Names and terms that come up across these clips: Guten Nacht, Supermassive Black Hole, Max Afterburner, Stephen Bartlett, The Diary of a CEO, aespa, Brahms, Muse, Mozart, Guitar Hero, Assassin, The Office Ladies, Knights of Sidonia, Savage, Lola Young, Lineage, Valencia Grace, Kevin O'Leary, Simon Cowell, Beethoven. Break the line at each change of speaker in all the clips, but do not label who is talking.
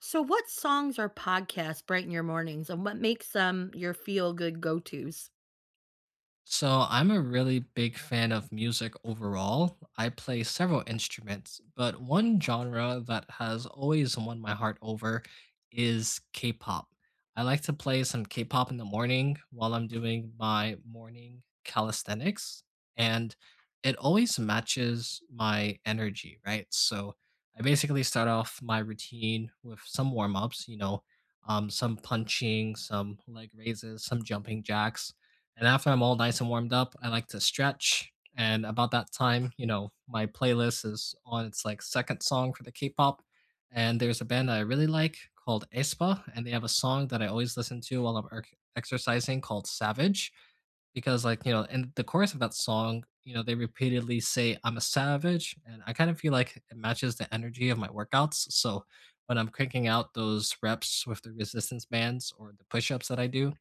So, what songs or podcasts brighten your mornings, and what makes them your feel good go tos?
So, I'm a really big fan of music overall. I play several instruments, but one genre that has always won my heart over is K pop. I like to play some K pop in the morning while I'm doing my morning calisthenics, and it always matches my energy, right? So, I basically start off my routine with some warm ups, some punching, some leg raises, some jumping jacks and after I'm all nice and warmed up, I like to stretch. And about that time, you know, my playlist is on its like second song for the K-pop. And there's a band that I really like called aespa and they have a song that I always listen to while I'm exercising called Savage because like, you know, in the chorus of that song, you know, they repeatedly say I'm a savage and I kind of feel like it matches the energy of my workouts. So when I'm cranking out those reps with the resistance bands or the push-ups that I do,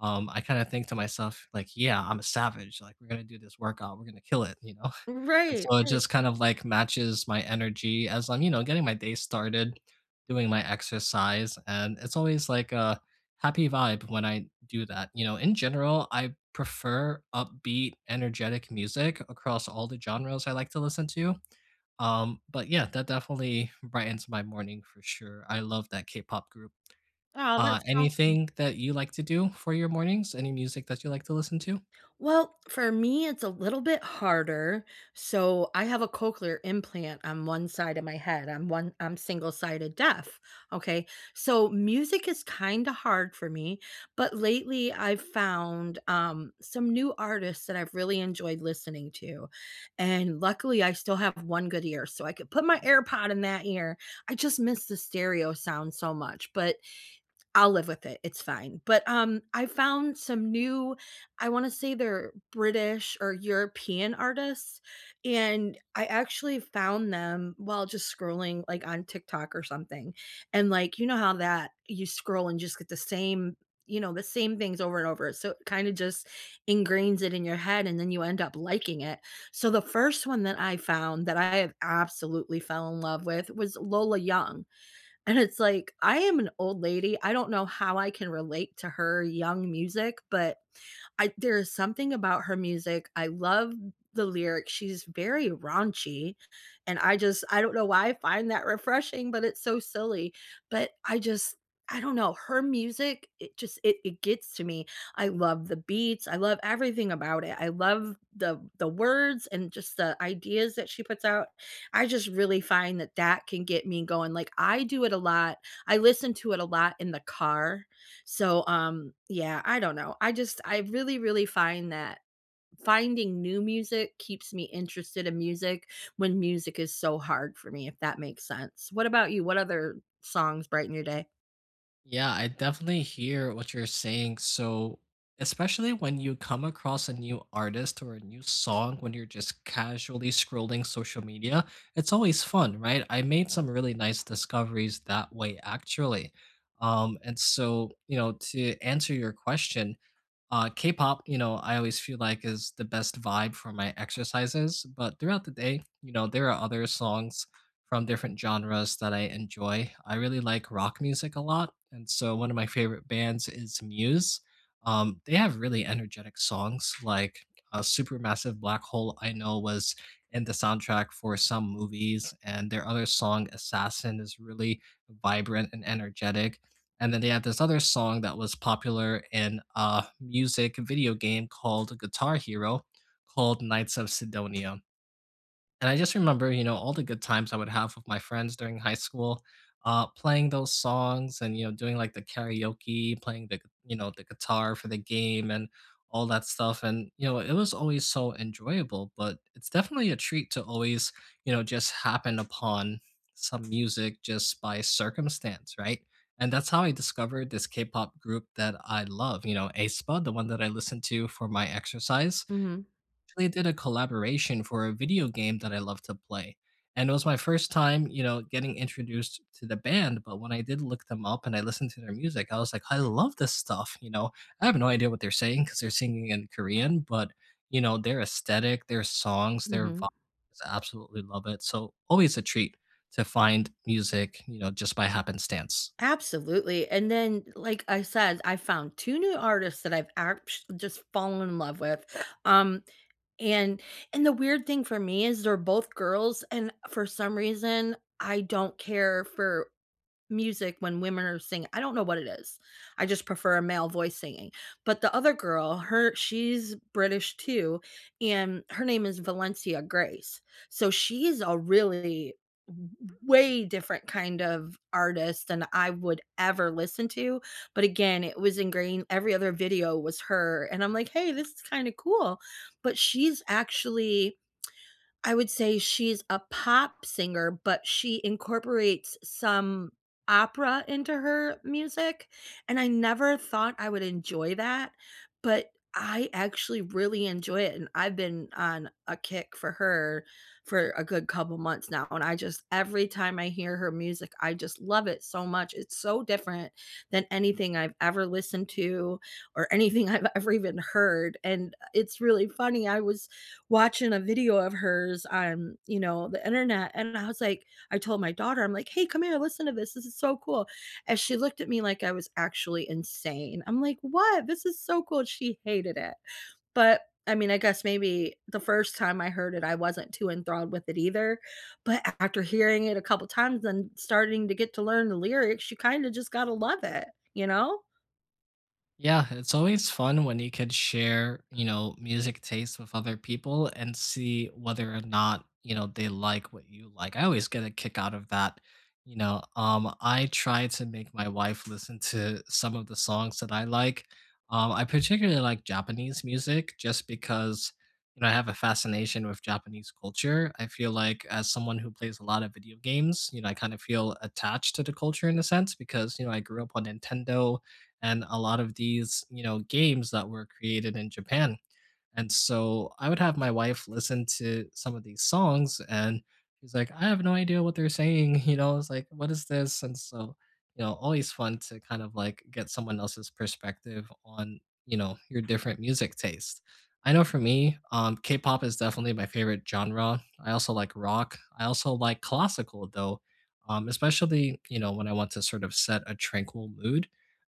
I kinda think to myself, like, "Yeah, I'm a savage, like, we're gonna do this workout, we're gonna kill it," you know? And
Right,
so it
right.
just kind of, like, matches my energy as I'm, you know, getting my day started, doing my exercise, and it's always like a happy vibe when I do that, you know? In general, I prefer upbeat, energetic music across all the genres I like to listen to, but yeah, that definitely brightens my morning for sure. I love that K-pop group.
Oh, that's awesome.
Anything that you like to do for your mornings? Any music that you like to listen to?
Well, for me, it's a little bit harder. So I have a cochlear implant on one side of my head. I'm single sided deaf. Okay. So music is kind of hard for me. But lately I've found some new artists that I've really enjoyed listening to. And luckily I still have one good ear. So I could put my AirPod in that ear. I just miss the stereo sound so much. But I'll live with it, it's fine, but, I found some new, I wanna say they're British or European artists, and I actually found them while just scrolling, like, on TikTok or something, and, like, you know how that you scroll and just get the same, you know, the same things over and over, so it kinda just ingrains it in your head, and then you end up liking it. So the first one that I found that I have absolutely fell in love with was Lola Young. And it's like, I am an old lady. I don't know how I can relate to her young music, but I there is something about her music. I love the lyrics, she's very raunchy, and I just I don't know why I find that refreshing, but it's so silly, but I just I don't know, her music, it just it gets to me. I love the beats, I love everything about it. I love the words and just the ideas that she puts out. I just really find that that can get me going. Like, I do it a lot, I listen to it a lot in the car. So, yeah, I don't know. I just I really, really find that finding new music keeps me interested in music when music is so hard for me, if that makes sense. What about you? What other songs brighten your day?
Yeah, I definitely hear what you're saying. So, especially when you come across a new artist or a new song when you're just casually scrolling social media, it's always fun, right? I made some really nice discoveries that way, actually. And so, to answer your question, uh, K-pop, you know, I always feel like is the best vibe for my exercises, but throughout the day, you know, there are other songs from different genres that I enjoy. I really like rock music a lot, and so one of my favorite bands is Muse. They have really energetic songs like Supermassive Black Hole, I know was in the soundtrack for some movies, and their other song, Assassin, is really vibrant and energetic. And then they had this other song that was popular in a music video game called Guitar Hero called Knights of Sidonia. And I just remember, you know, all the good times I would have with my friends during high school, playing those songs and, you know, doing like the karaoke, playing the, you know, the guitar for the game and all that stuff. And, you know, it was always so enjoyable, but it's definitely a treat to always, you know, just happen upon some music just by circumstance, right? And that's how I discovered this K pop group that I love, you know, aespa, the one that I listen to for my exercise
Mhm.
actually did a collaboration for a video game that I love to play. And it was my first time, you know, getting introduced to the band. But when I did look them up and I listened to their music, I was like, I love this stuff. You know, I have no idea what they're saying because they're singing in Korean, but, you know, their aesthetic, their songs, their vibes,
Mhm.
I absolutely love it. So always a treat to find music, you know, just by happenstance.
Absolutely. And then, like I said, I found 2 new artists that I've act just fallen in love with. Um, and and the weird thing for me is they're both girls, and for some reason, I don't care for music when women are singing. I don't know what it is. I just prefer a male voice singing. But the other girl, her she's British too, and her name is Valencia Grace. So she's a really way different kind of artist than I would ever listen to. But again, it was ingrained, every other video was her. And I'm like, hey, this is kind of cool. But she's actually, I would say she's a pop singer, but she incorporates some opera into her music, and I never thought I would enjoy that, but I actually really enjoy it, and I've been on a kick for her for a good couple months now, and I just every time I hear her music, I just love it so much. It's so different than anything I've ever listened to or anything I've ever even heard, and it's really funny. I was watching a video of hers on, you know, the internet, and I was like, I told my daughter, I'm like, "Hey, come here, listen to this. This is so cool." And she looked at me like I was actually insane. I'm like, "What? This is so cool." She hated it. But I mean, I guess maybe the first time I heard it, I wasn't too enthralled with it either, but after hearing it a couple times and starting to get to learn the lyrics, you kinda just gotta love it, you know?
Yeah, it's always fun when you can share, you know, music taste with other people and see whether or not, you know, they like what you like. I always get a kick out of that. I try to make my wife listen to some of the songs that I like. I particularly like Japanese music just because, you know, I have a fascination with Japanese culture. I feel like as someone who plays a lot of video games, you know, I kind of feel attached to the culture in a sense because, you know, I grew up on Nintendo and a lot of these, you know, games that were created in Japan. And so I would have my wife listen to some of these songs and she's like, I have no idea what they're saying, you know, it's like, what is this? And so, you know, always fun to kind of like get someone else's perspective on, you know, your different music taste. I know for me, K-pop is definitely my favorite genre. I also like rock. I also like classical though, especially, you know, when I want to sort of set a tranquil mood.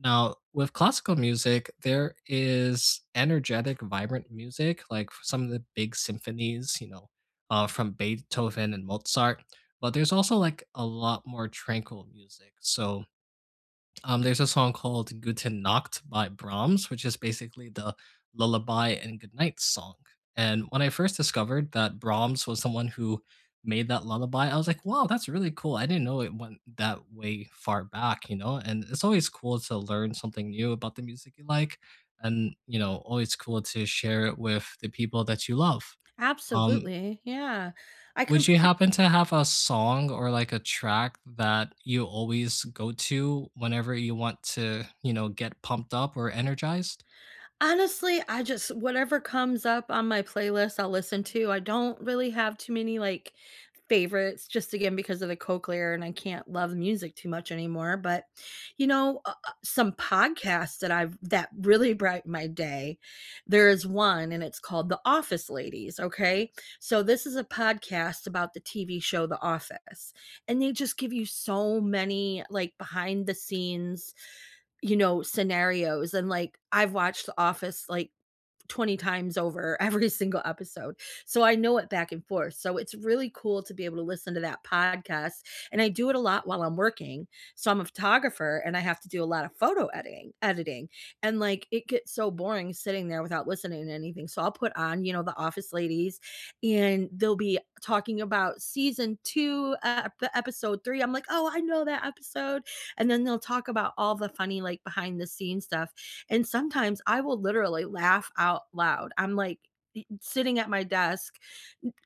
Now, with classical music, there is energetic, vibrant music, like some of the big symphonies, you know, from Beethoven and Mozart. But there's also like a lot more tranquil music. So there's a song called Guten Nacht by Brahms, which is basically the lullaby and goodnight song. And when I first discovered that Brahms was someone who made that lullaby, I was like, wow, that's really cool. I didn't know it went that way far back, you know? And it's always cool to learn something new about the music you like. And, you know, always cool to share it with the people that you love. Um,
Absolutely, yeah. I
would you
completely,
happen to have a song or like a track that you always go to whenever you want to, you know, get pumped up or energized?
honestly, I just whatever comes up on my playlist, I'll listen to. I don't really have too many, like, favorites, just again because of the cochlear and I can't love music too much anymore, but, you know, some podcasts that I've that really brighten my day, there is one, and it's called The Office Ladies, okay? So this is a podcast about the TV show The Office, and they just give you so many, like, behind the scenes, you know, scenarios and, like, I've watched The Office, like, 20 times over every single episode. So I know it back and forth. So it's really cool to be able to listen to that podcast. And I do it a lot while I'm working. So I'm a photographer and I have to do a lot of photo editing. And like it gets so boring sitting there without listening to anything. So I'll put on, you know, the office ladies and they'll be talking about season 2, episode 3. I'm like, "Oh, I know that episode." And then they'll talk about all the funny like behind the scenes stuff and sometimes I will literally laugh out loud. I'm like sitting at my desk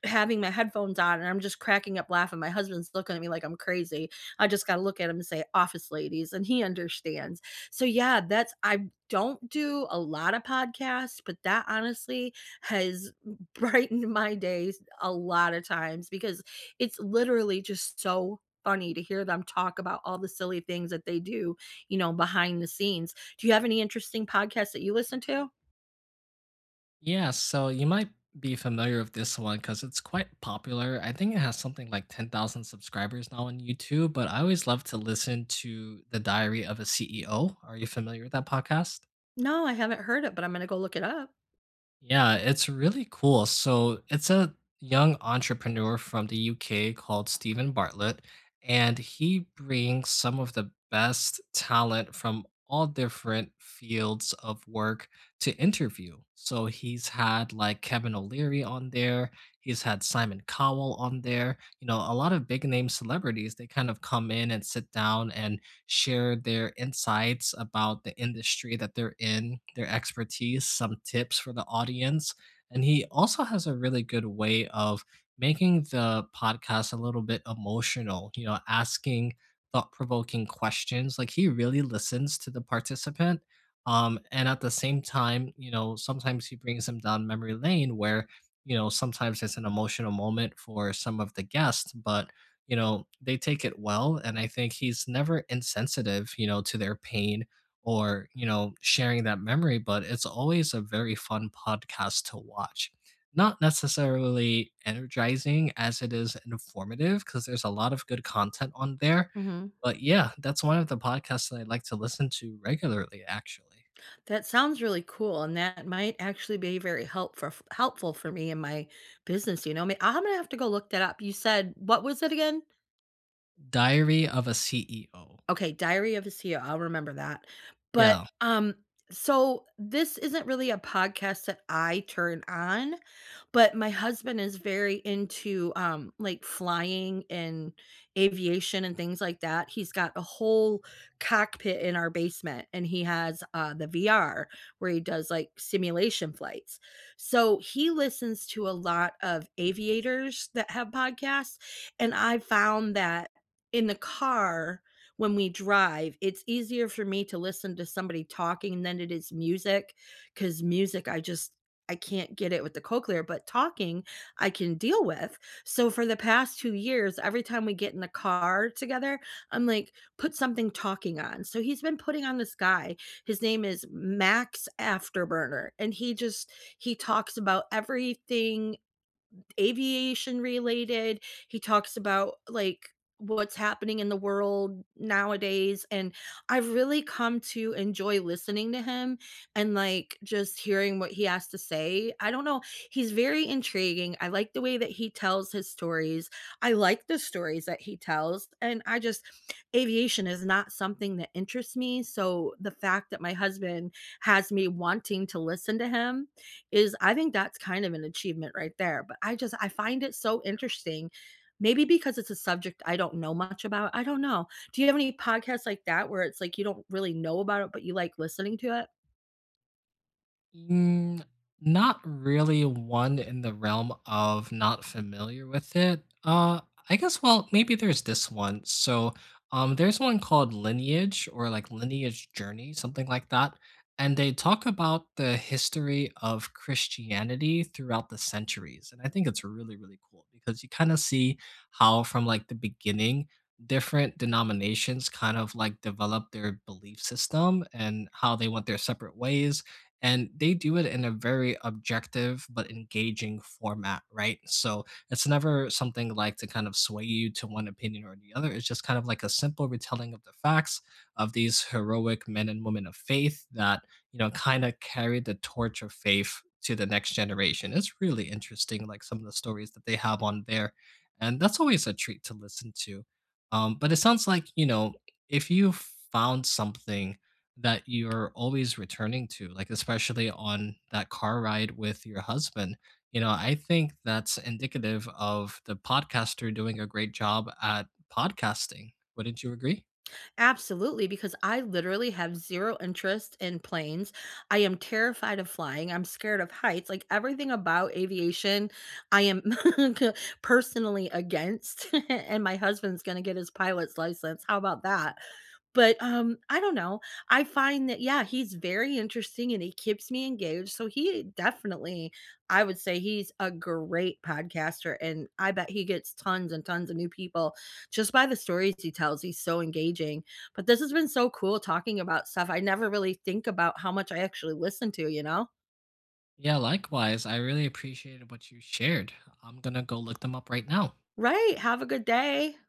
having my headphones on and I'm just cracking up laughing. My husband's looking at me like I'm crazy. I just got to look at him and say office ladies and he understands. So yeah, that's, I don't do a lot of podcasts, but that honestly has brightened my days a lot of times because it's literally just so funny to hear them talk about all the silly things that they do, you know, behind the scenes. Do you have any interesting podcasts that you listen to?
Yeah, so you might be familiar with this one because it's quite popular. I think it has something like 10,000 subscribers now on YouTube, but I always love to listen to The Diary of a CEO. Are you familiar with that podcast?
No, I haven't heard it, but I'm gonna go look it up.
Yeah, it's really cool. So it's a young entrepreneur from the UK called Stephen Bartlett, and he brings some of the best talent from all different fields of work to interview. So he's had like Kevin O'Leary on there, he's had Simon Cowell on there, you know, a lot of big name celebrities, they kind of come in and sit down and share their insights about the industry that they're in, their expertise, some tips for the audience. And he also has a really good way of making the podcast a little bit emotional, you know, asking thought provoking questions. Like he really listens to the participant. And at the same time, you know, sometimes he brings them down memory lane where, you know, sometimes it's an emotional moment for some of the guests, but you know, they take it well. And I think he's never insensitive, you know, to their pain or, you know, sharing that memory. But it's always a very fun podcast to watch. Not necessarily energizing as it is informative, because there's a lot of good content on there.
Mhm.
But yeah, that's one of the podcasts that I like to listen to regularly, actually.
That sounds really cool, and that might actually be very helpful for me in my business, you know, may I'm gonna have to go look that up. You said what was it again?
Diary of a CEO.
Okay, Diary of a CEO, I'll remember that. But,
Yeah.
so this isn't really a podcast that I turn on, but my husband is very into, like, flying and aviation and things like that. He's got a whole cockpit in our basement, and he has, the VR where he does, like, simulation flights. So he listens to a lot of aviators that have podcasts, and I found that in the car when we drive, it's easier for me to listen to somebody talking than it is music because music, I just I can't get it with the cochlear, but talking I can deal with. So for the past 2 years, every time we get in the car together, I'm like, put something talking on. So he's been putting on this guy. His name is Max Afterburner. And he just he talks about everything aviation related. He talks about like what's happening in the world nowadays and I've really come to enjoy listening to him and like just hearing what he has to say. I don't know, he's very intriguing. I like the way that he tells his stories. I like the stories that he tells and I just aviation is not something that interests me, so the fact that my husband has me wanting to listen to him is, I think that's kind of an achievement right there. But I just I find it so interesting. Maybe because it's a subject I don't know much about. I don't know. Do you have any podcasts like that where it's like you don't really know about it, but you like listening to it?
Mm, not really one in the realm of not familiar with it. I guess, well, maybe there's this one. So, there's one called Lineage or like Lineage Journey, something like that. And they talk about the history of Christianity throughout the centuries. And I think it's really, really cool because you kind of see how from like the beginning, different denominations kind of like develop their belief system and how they went their separate ways and they do it in a very objective but engaging format, right? So it's never something like to kind of sway you to one opinion or the other. It's just kind of like a simple retelling of the facts of these heroic men and women of faith that, you know, kind of carried the torch of faith to the next generation. It's really interesting, like some of the stories that they have on there. And that's always a treat to listen to. But it sounds like, you know, if you found something that you're always returning to, like, especially on that car ride with your husband. You know, I think that's indicative of the podcaster doing a great job at podcasting. Wouldn't you agree?
Absolutely, because I literally have 0 interest in planes. I am terrified of flying, I'm scared of heights, like, everything about aviation, I am c- personally against, and my husband's gonna get his pilot's license, how about that? But, I don't know, I find that, yeah, he's very interesting, and he keeps me engaged, so he definitely, I would say he's a great podcaster, and I bet he gets tons and tons of new people just by the stories he tells, he's so engaging. But this has been so cool talking about stuff. I never really think about how much I actually listen to, you know?
Yeah, likewise. I really appreciated what you shared. I'm gonna go look them up right now.
Right. Have a good day.